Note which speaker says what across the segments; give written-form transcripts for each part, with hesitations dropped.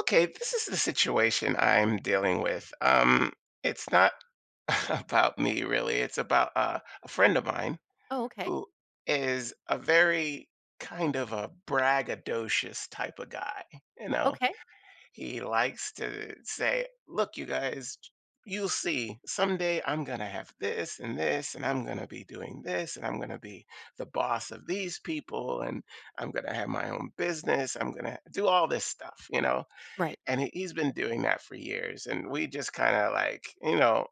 Speaker 1: Okay, this is the situation I'm dealing with. It's not about me really. It's about a friend of mine
Speaker 2: Oh, okay.
Speaker 1: who is a very kind of a braggadocious type of guy. You know,
Speaker 2: Okay.
Speaker 1: he likes to say, "Look, you guys, you'll see. Someday I'm gonna have this and this, and I'm gonna be doing this, and I'm gonna be the boss of these people, and I'm gonna have my own business. I'm gonna do all this stuff." You know
Speaker 2: Right.
Speaker 1: and he's been doing that for years, and we just kinda, like,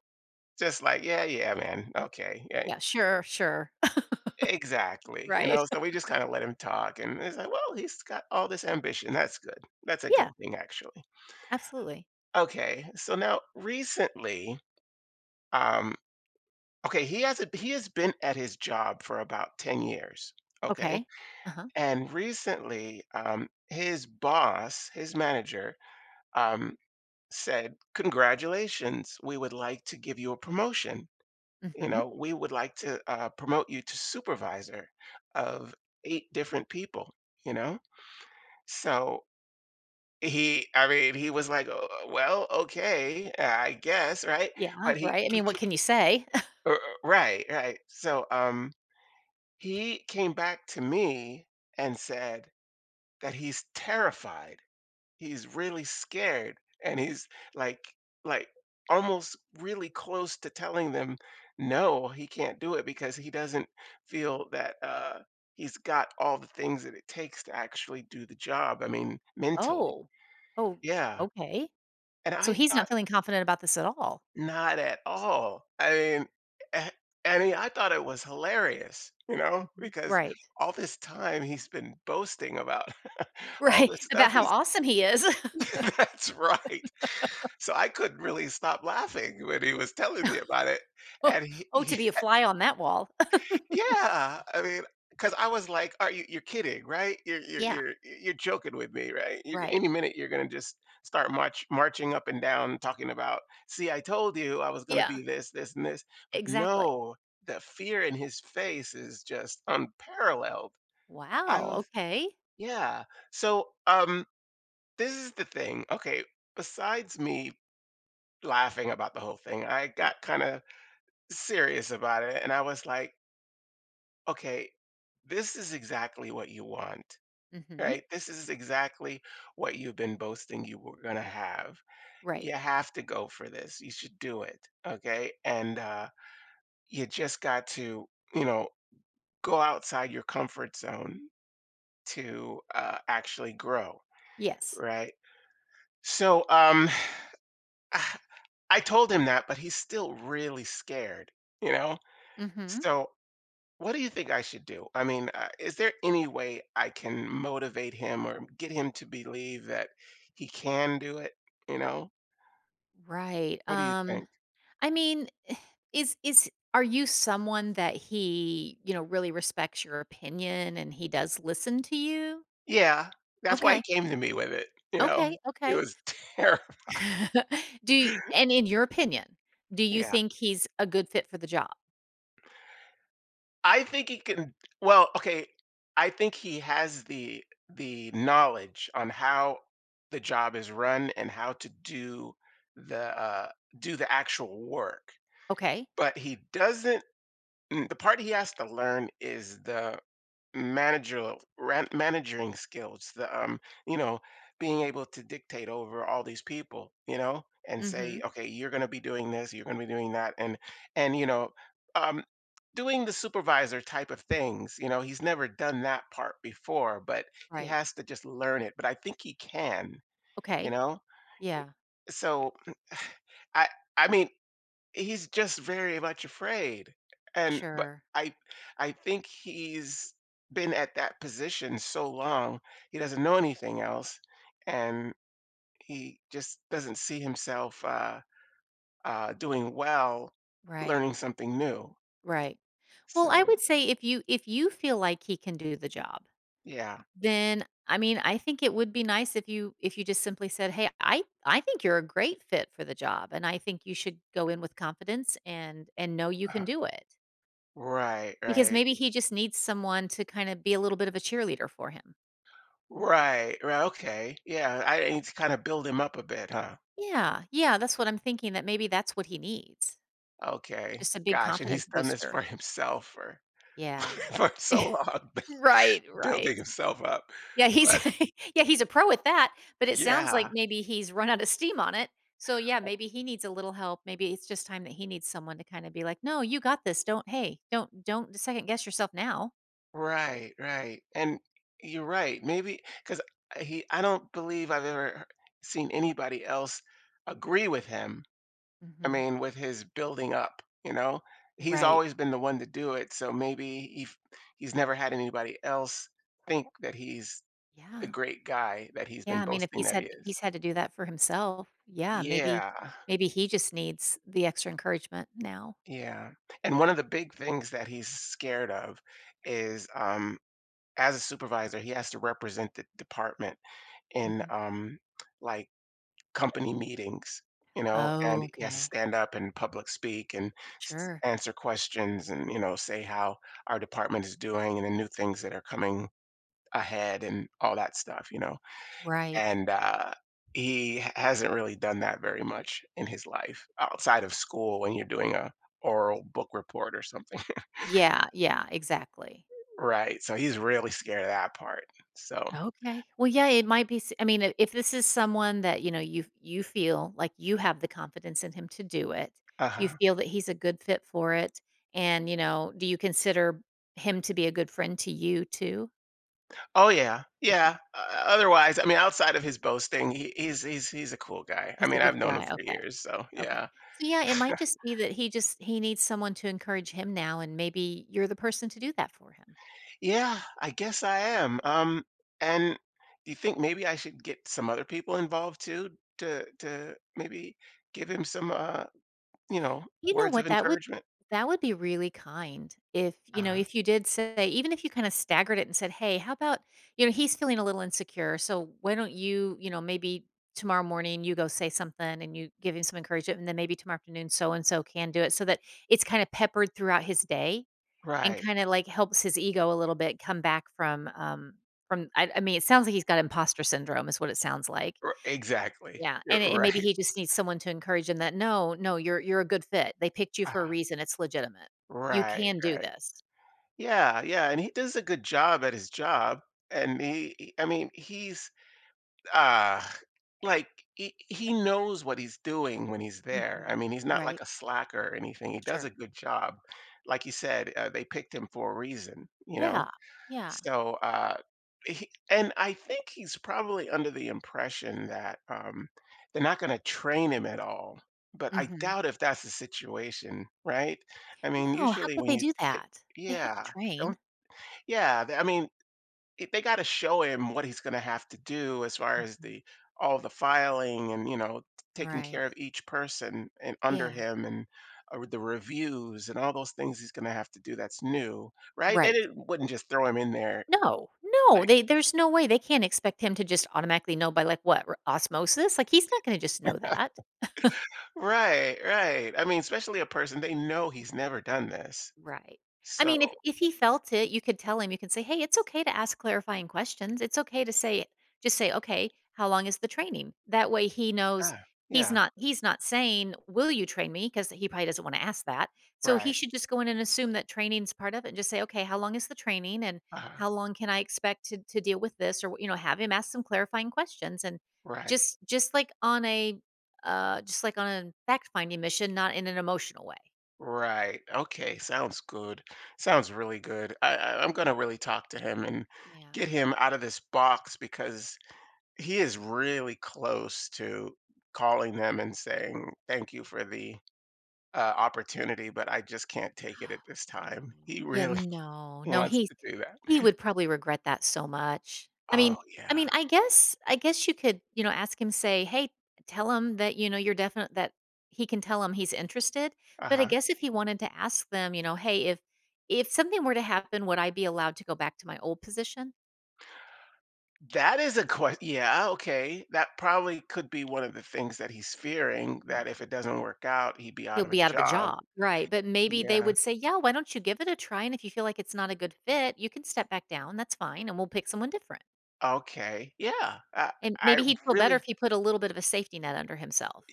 Speaker 1: just like, "Yeah, yeah, man. Okay. Yeah."
Speaker 2: Yeah, sure, sure.
Speaker 1: Exactly, you
Speaker 2: Right.
Speaker 1: know? So we just kinda let him talk, and it's like, "Well, he's got all this ambition. That's good. That's a good
Speaker 2: Yeah,
Speaker 1: thing, actually."
Speaker 2: absolutely.
Speaker 1: Okay, so now recently, um okay, he hasn't he has been at his job for about 10 years, okay?
Speaker 2: Okay. Uh-huh.
Speaker 1: And recently, his boss, his manager, um, said, "Congratulations. We would like to give you a promotion." you
Speaker 2: Mhm.
Speaker 1: know, we would like to promote you to supervisor of eight different people, you know? So I mean, he was like, "Oh, well, okay, I guess, right?
Speaker 2: Yeah,
Speaker 1: But
Speaker 2: right. I mean, what can you say?
Speaker 1: uh, uh, right, right. So he came back to me and said that he's terrified. He's really scared, and he's like, like, almost really close to telling them, "No, he can't do it," because he doesn't feel that, he's got all the things that it takes to actually do the job, I mean, mentally.
Speaker 2: Oh. Oh,
Speaker 1: Yeah,
Speaker 2: okay.
Speaker 1: and
Speaker 2: So
Speaker 1: I
Speaker 2: he's not
Speaker 1: thought
Speaker 2: feeling confident about this at all.
Speaker 1: not at all. I mean, eh I thought it was hilarious,
Speaker 2: Mhm.
Speaker 1: because
Speaker 2: Right.
Speaker 1: all this time he's been boasting about all
Speaker 2: Right.
Speaker 1: this stuff
Speaker 2: About how
Speaker 1: he's
Speaker 2: awesome he is.
Speaker 1: that's right. So I couldn't really stop laughing when he was telling me about it. And
Speaker 2: Oh,
Speaker 1: he
Speaker 2: to be a fly on that wall.
Speaker 1: yeah, I mean, because I was like, "Are you? You're kidding, right? You're you're
Speaker 2: Yeah,
Speaker 1: you're you're joking with me, right? You're,
Speaker 2: right.
Speaker 1: any minute you're gonna just start marching up and down, talking about, see, I told you I was gonna
Speaker 2: Yeah,
Speaker 1: be this, this, and this. But
Speaker 2: exactly.
Speaker 1: no, the fear in his face is just unparalleled. I
Speaker 2: Wow,
Speaker 1: was,
Speaker 2: okay.
Speaker 1: yeah. So, this is the thing. Okay, besides me laughing about the whole thing, I got
Speaker 2: Right.
Speaker 1: kind of serious about it. And I was like, okay, this is exactly what you want,
Speaker 2: Mhm.
Speaker 1: right? This is exactly what you've been boasting you were going to have.
Speaker 2: Right.
Speaker 1: You have to go for this. You should do it. Okay. And you just got to, you know, go outside your comfort zone to actually grow,
Speaker 2: Yes.
Speaker 1: right? So I told him that, but he's still really scared, you know?
Speaker 2: Mhm.
Speaker 1: So what do you think I should do? I mean, is there any way I can motivate him or get him to believe that he can do it? You know,
Speaker 2: Right.
Speaker 1: what do you think?
Speaker 2: I mean, is are you someone that he, really respects your opinion and he does listen to you?
Speaker 1: Yeah, that's why
Speaker 2: Okay.
Speaker 1: he came to me with it. You know,
Speaker 2: Okay,
Speaker 1: it
Speaker 2: okay.
Speaker 1: was terrible.
Speaker 2: Do you And in your opinion, do you
Speaker 1: Yeah,
Speaker 2: think he's a good fit for the job?
Speaker 1: I think he can. Well, okay, I think he has the knowledge on how the job is run and how to the uh, do the actual work,
Speaker 2: Okay.
Speaker 1: but he doesn't. The part he has to learn is the managing skills, the you know being able to dictate over all these people, you know, and say,
Speaker 2: Mhm.
Speaker 1: okay, you're going to be doing this, you're going to be doing that, and and you know um doing the supervisor type of things, he's never done that part before, but he
Speaker 2: Right.
Speaker 1: has to just learn it, but I think he can. you
Speaker 2: Okay.
Speaker 1: know
Speaker 2: Yeah.
Speaker 1: so, i I mean, he's just very much afraid, and but
Speaker 2: Sure.
Speaker 1: i I think he's been at that position so long, he doesn't know anything else, and he just doesn't see himself doing well
Speaker 2: Right.
Speaker 1: learning something new.
Speaker 2: Right. Well, I
Speaker 1: So,
Speaker 2: would say if you feel like he can do the job.
Speaker 1: yeah.
Speaker 2: Then, I mean, I think it would be nice if you just simply said, "Hey, I think you're a great fit for the job, and I think you should go in with confidence and know you can
Speaker 1: Uh-huh.
Speaker 2: do it."
Speaker 1: Right,
Speaker 2: Because
Speaker 1: right,
Speaker 2: maybe he just needs someone to kinda be a little bit of a cheerleader for him.
Speaker 1: right, right. Okay. Yeah, I need to kind of build him up a bit, huh?
Speaker 2: Yeah, yeah, that's what I'm thinking, that maybe that's what he needs,
Speaker 1: Okay,
Speaker 2: just a big
Speaker 1: gosh. And
Speaker 2: confidence
Speaker 1: he's done this
Speaker 2: booster.
Speaker 1: for himself for
Speaker 2: Yeah.
Speaker 1: for so long.
Speaker 2: Right, right.
Speaker 1: Building himself up.
Speaker 2: Yeah, he's
Speaker 1: But
Speaker 2: yeah, he's a pro at that, but it sounds like
Speaker 1: yeah.
Speaker 2: maybe he's run out of steam on it. So, yeah, maybe he needs a little help. Maybe it's just time that he needs someone to kinda be like, "No, you got this. Don't hey, don't second guess yourself now."
Speaker 1: Right, right. And you're right. Maybe because I don't believe I've ever seen anybody else agree with him. I
Speaker 2: Mhm.
Speaker 1: mean, with his building up, he's
Speaker 2: Right.
Speaker 1: always been the one to do it. So maybe he's never had anybody else think that he's the
Speaker 2: Yeah.
Speaker 1: great guy that he's
Speaker 2: Yeah,
Speaker 1: been
Speaker 2: I mean, if
Speaker 1: boasting
Speaker 2: he's
Speaker 1: that he
Speaker 2: had if
Speaker 1: is.
Speaker 2: he's had to do that for himself, yeah, maybe
Speaker 1: Yeah,
Speaker 2: maybe he just needs the extra encouragement now.
Speaker 1: yeah. And one of the big things that he's scared of is as a supervisor, he has to represent the department in
Speaker 2: Mhm.
Speaker 1: like, company meetings,
Speaker 2: Oh,
Speaker 1: and he has to
Speaker 2: okay.
Speaker 1: stand up and public speak and s-
Speaker 2: Sure.
Speaker 1: answer questions and, say how our department is doing and the new things that are coming ahead and all that stuff.
Speaker 2: Right.
Speaker 1: And he hasn't really done that very much in his life outside of school when you're doing a oral book report or something.
Speaker 2: Yeah, yeah, exactly.
Speaker 1: Right. So he's really scared of that part. So,
Speaker 2: Okay. Well, yeah, it might be s I mean, if this is someone that, you know, you feel like you have the confidence in him to do it,
Speaker 1: uh
Speaker 2: you
Speaker 1: huh.
Speaker 2: feel that he's a good fit for it, and, you know, do you consider him to be a good friend to you too?
Speaker 1: Oh yeah,
Speaker 2: Okay.
Speaker 1: yeah. Otherwise, I mean, outside of his boasting, he, he's a cool guy. I
Speaker 2: He's a
Speaker 1: mean, I've
Speaker 2: good
Speaker 1: known him
Speaker 2: guy.
Speaker 1: for
Speaker 2: Okay.
Speaker 1: years, so
Speaker 2: Okay.
Speaker 1: yeah,
Speaker 2: So, yeah, it might just be that he needs someone to encourage him now, and maybe you're the person to do that for him.
Speaker 1: yeah. I guess I am. And do you think maybe I should get some other people involved too to maybe give him some you know
Speaker 2: You know
Speaker 1: words of
Speaker 2: what? That would
Speaker 1: encouragement?
Speaker 2: that would be really kind if, you know,
Speaker 1: Uh,
Speaker 2: if you did say even if you kinda staggered it and said, "Hey, how about" you know, he's feeling a little insecure, so why don't you, you know, maybe tomorrow morning you go say something and you give him some encouragement, and then maybe tomorrow afternoon so and so can do it, so that it's kinda peppered throughout his day and
Speaker 1: right.
Speaker 2: kinda, like, helps his ego a little bit come back from I mean, it sounds like he's got imposter syndrome is what it sounds like.
Speaker 1: Exactly.
Speaker 2: Yeah,
Speaker 1: You're
Speaker 2: and maybe
Speaker 1: right.
Speaker 2: he just needs someone to encourage him that, "No, no, you're a good fit. They picked you for a
Speaker 1: Uh,
Speaker 2: reason. It's legitimate. You
Speaker 1: right.
Speaker 2: can do
Speaker 1: Right.
Speaker 2: this."
Speaker 1: Yeah. Yeah. And he does a good job at his job, and I mean, uh like he knows what he's doing when he's there. I
Speaker 2: Mhm.
Speaker 1: mean, he's not like
Speaker 2: Right.
Speaker 1: a slacker or anything. He does
Speaker 2: Sure.
Speaker 1: a good job. Like you said, they picked him for a reason,
Speaker 2: Yeah. Yeah.
Speaker 1: so, and I think he's probably under the impression that they're not going to train him at all, but I
Speaker 2: Mhm.
Speaker 1: doubt if that's the situation, right? I mean,
Speaker 2: No, how
Speaker 1: usually
Speaker 2: could
Speaker 1: when
Speaker 2: they
Speaker 1: you
Speaker 2: do
Speaker 1: take,
Speaker 2: that? They have to
Speaker 1: yeah,
Speaker 2: train.
Speaker 1: don't, yeah, I mean, they got to show him what he's going to have to do as far as
Speaker 2: Mhm.
Speaker 1: the all the filing and, taking care
Speaker 2: Right.
Speaker 1: of each person and under
Speaker 2: Yeah.
Speaker 1: him, and the reviews and all those things he's going to have to do that's new, right? They
Speaker 2: Right.
Speaker 1: didn't, wouldn't just throw him in there,
Speaker 2: No. No,
Speaker 1: like,
Speaker 2: they there's no way they can't expect him to just automatically know by, like, what, r osmosis? Like, he's not gonna just know that.
Speaker 1: right, right. I mean, especially a person they know he's never done this.
Speaker 2: Right. I
Speaker 1: So
Speaker 2: mean, if he felt it, you could tell him, you can say, "Hey, it's okay to ask clarifying questions. It's okay to say just say, "Okay, how long is the training?" That way he knows
Speaker 1: ah,
Speaker 2: he's
Speaker 1: yeah.
Speaker 2: not he's not saying, "Will you train me?" because he probably doesn't want to ask that. So he
Speaker 1: Right.
Speaker 2: should just go in and assume that training's part of it and just say, "Okay, how long is the training and
Speaker 1: uh,
Speaker 2: how long can I expect to deal with this?" or you know, have him ask some clarifying questions and
Speaker 1: right
Speaker 2: just just like on a just like on a fact-finding mission, not in an emotional way.
Speaker 1: Right. Okay. Sounds good. Sounds really good. I'm gonna really talk to him and
Speaker 2: Yeah.
Speaker 1: get him out of this box because he is really close to calling them and saying thank you for the opportunity, but I just can't take it at this time.
Speaker 2: Oh,
Speaker 1: He
Speaker 2: yeah,
Speaker 1: really
Speaker 2: no, no,
Speaker 1: wants
Speaker 2: he's
Speaker 1: to do that.
Speaker 2: he would probably regret that so much. I mean
Speaker 1: Oh
Speaker 2: I
Speaker 1: yeah.
Speaker 2: mean, I guess I guess you could, you know, ask him, say, "Hey, tell him that, you know, you're definite that he can tell him he's interested."
Speaker 1: Uh
Speaker 2: But I
Speaker 1: huh.
Speaker 2: guess if he wanted to ask them, you know, "Hey, if something were to happen, would I be allowed to go back to my old position?"
Speaker 1: That is a question. Yeah. Okay. That probably could be one of the things that he's fearing,
Speaker 2: Yeah,
Speaker 1: that if it doesn't work out, he'd be out
Speaker 2: he'll
Speaker 1: of a
Speaker 2: be out of a
Speaker 1: job.
Speaker 2: job, right? But maybe they
Speaker 1: Yeah.
Speaker 2: would say, "Yeah, why don't you give it a try? And if you feel like it's not a good fit, you can step back down. That's fine, and we'll pick someone different."
Speaker 1: Okay. Yeah.
Speaker 2: And
Speaker 1: I
Speaker 2: maybe he'd feel better
Speaker 1: really,
Speaker 2: if he put a little bit of a safety net under himself.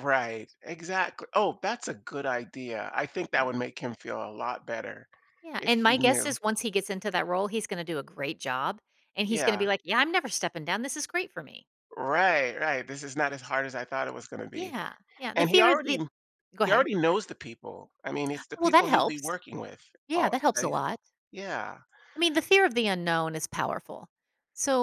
Speaker 1: right. Exactly. Oh, that's a good idea. I think that
Speaker 2: Yeah.
Speaker 1: would make him feel a lot better
Speaker 2: Yeah,
Speaker 1: if
Speaker 2: and
Speaker 1: he
Speaker 2: my guess
Speaker 1: knew.
Speaker 2: is once he gets into that role, he's gonna do a great job, and he's gonna
Speaker 1: Yeah.
Speaker 2: be like, "Yeah, I'm never stepping down. This is great for me."
Speaker 1: Right, right. This is not as hard as I thought it was going to be.
Speaker 2: Yeah, yeah, the
Speaker 1: And
Speaker 2: fear of the Go
Speaker 1: he
Speaker 2: ahead.
Speaker 1: already knows the people. I mean, it's the
Speaker 2: Well, that
Speaker 1: people he'll be
Speaker 2: helps.
Speaker 1: working with.
Speaker 2: Yeah,
Speaker 1: Oh,
Speaker 2: that helps a
Speaker 1: I-
Speaker 2: lot.
Speaker 1: yeah.
Speaker 2: I mean, the fear of the unknown is powerful.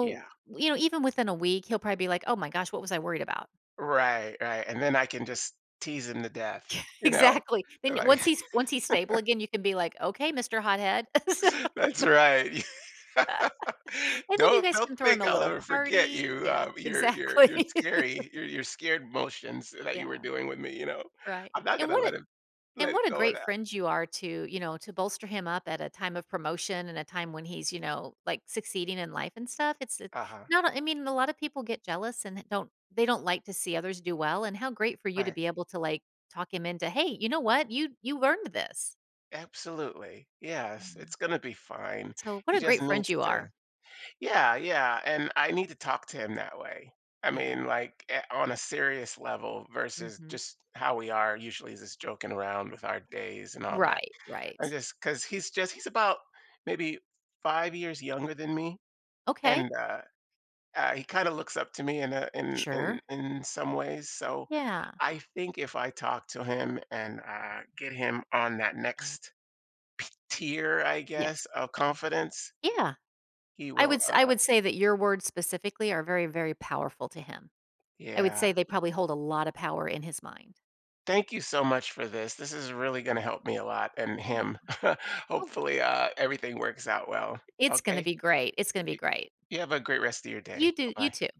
Speaker 1: Yeah.
Speaker 2: you know, even within a week, he'll probably be like, "Oh my gosh, what was I worried about?"
Speaker 1: Right, right. And then I can just tease him to death, you know.
Speaker 2: Exactly. Then
Speaker 1: Like
Speaker 2: once he's stable again, you can be like, "Okay, Mr. Hothead."
Speaker 1: that's right.
Speaker 2: And then you
Speaker 1: Don't
Speaker 2: guys
Speaker 1: don't
Speaker 2: can throw him
Speaker 1: think
Speaker 2: a
Speaker 1: I'll
Speaker 2: little
Speaker 1: ever forget
Speaker 2: party.
Speaker 1: you,
Speaker 2: Yeah,
Speaker 1: your your your
Speaker 2: exactly.
Speaker 1: scary your your scared motions that you were
Speaker 2: Yeah,
Speaker 1: doing with me, you know?
Speaker 2: right.
Speaker 1: I'm not
Speaker 2: And
Speaker 1: gonna
Speaker 2: what
Speaker 1: let
Speaker 2: a
Speaker 1: him
Speaker 2: and
Speaker 1: let
Speaker 2: what a
Speaker 1: go of
Speaker 2: great
Speaker 1: that.
Speaker 2: friend you are to, you know, to bolster him up at a time of promotion and a time when he's, you know, like succeeding in life and stuff. It's
Speaker 1: Uh-huh.
Speaker 2: not I mean, a lot of people get jealous and don't they don't like to see others do well. And how great for you to
Speaker 1: Right.
Speaker 2: be able to like talk him into, hey, you know what? You earned this.
Speaker 1: Absolutely. Yes,
Speaker 2: Yeah.
Speaker 1: it's gonna be fine.
Speaker 2: So
Speaker 1: He
Speaker 2: what a
Speaker 1: just
Speaker 2: great friend
Speaker 1: needs
Speaker 2: you
Speaker 1: to.
Speaker 2: are.
Speaker 1: Yeah, yeah, and I need to talk to him that way. I
Speaker 2: Yeah.
Speaker 1: mean, like, on a serious level versus
Speaker 2: Mhm.
Speaker 1: just how we are usually is just joking around with our days and all that.
Speaker 2: Right,
Speaker 1: I
Speaker 2: right.
Speaker 1: just because he's about maybe 5 years younger than me,
Speaker 2: Okay.
Speaker 1: and he kind of looks up to me in a, in
Speaker 2: Sure.
Speaker 1: in some ways. So
Speaker 2: Yeah.
Speaker 1: I think if I talk to him and get him on that
Speaker 2: Yeah.
Speaker 1: next tier, I
Speaker 2: Yeah.
Speaker 1: guess of confidence,
Speaker 2: Yeah.
Speaker 1: he
Speaker 2: I would
Speaker 1: will.
Speaker 2: s I
Speaker 1: Uh,
Speaker 2: would say that your words specifically are very, very powerful to him. I would
Speaker 1: yeah.
Speaker 2: say they probably hold a lot of power in his mind.
Speaker 1: Thank you so much for this. This is really going to help me a lot and
Speaker 2: Yeah.
Speaker 1: him.
Speaker 2: Oh,
Speaker 1: Hopefully, everything works out well.
Speaker 2: it's gonna
Speaker 1: Okay.
Speaker 2: be great. It's gonna be
Speaker 1: You,
Speaker 2: great.
Speaker 1: you have a great rest of your
Speaker 2: You
Speaker 1: day.
Speaker 2: do you
Speaker 1: Bye.
Speaker 2: too.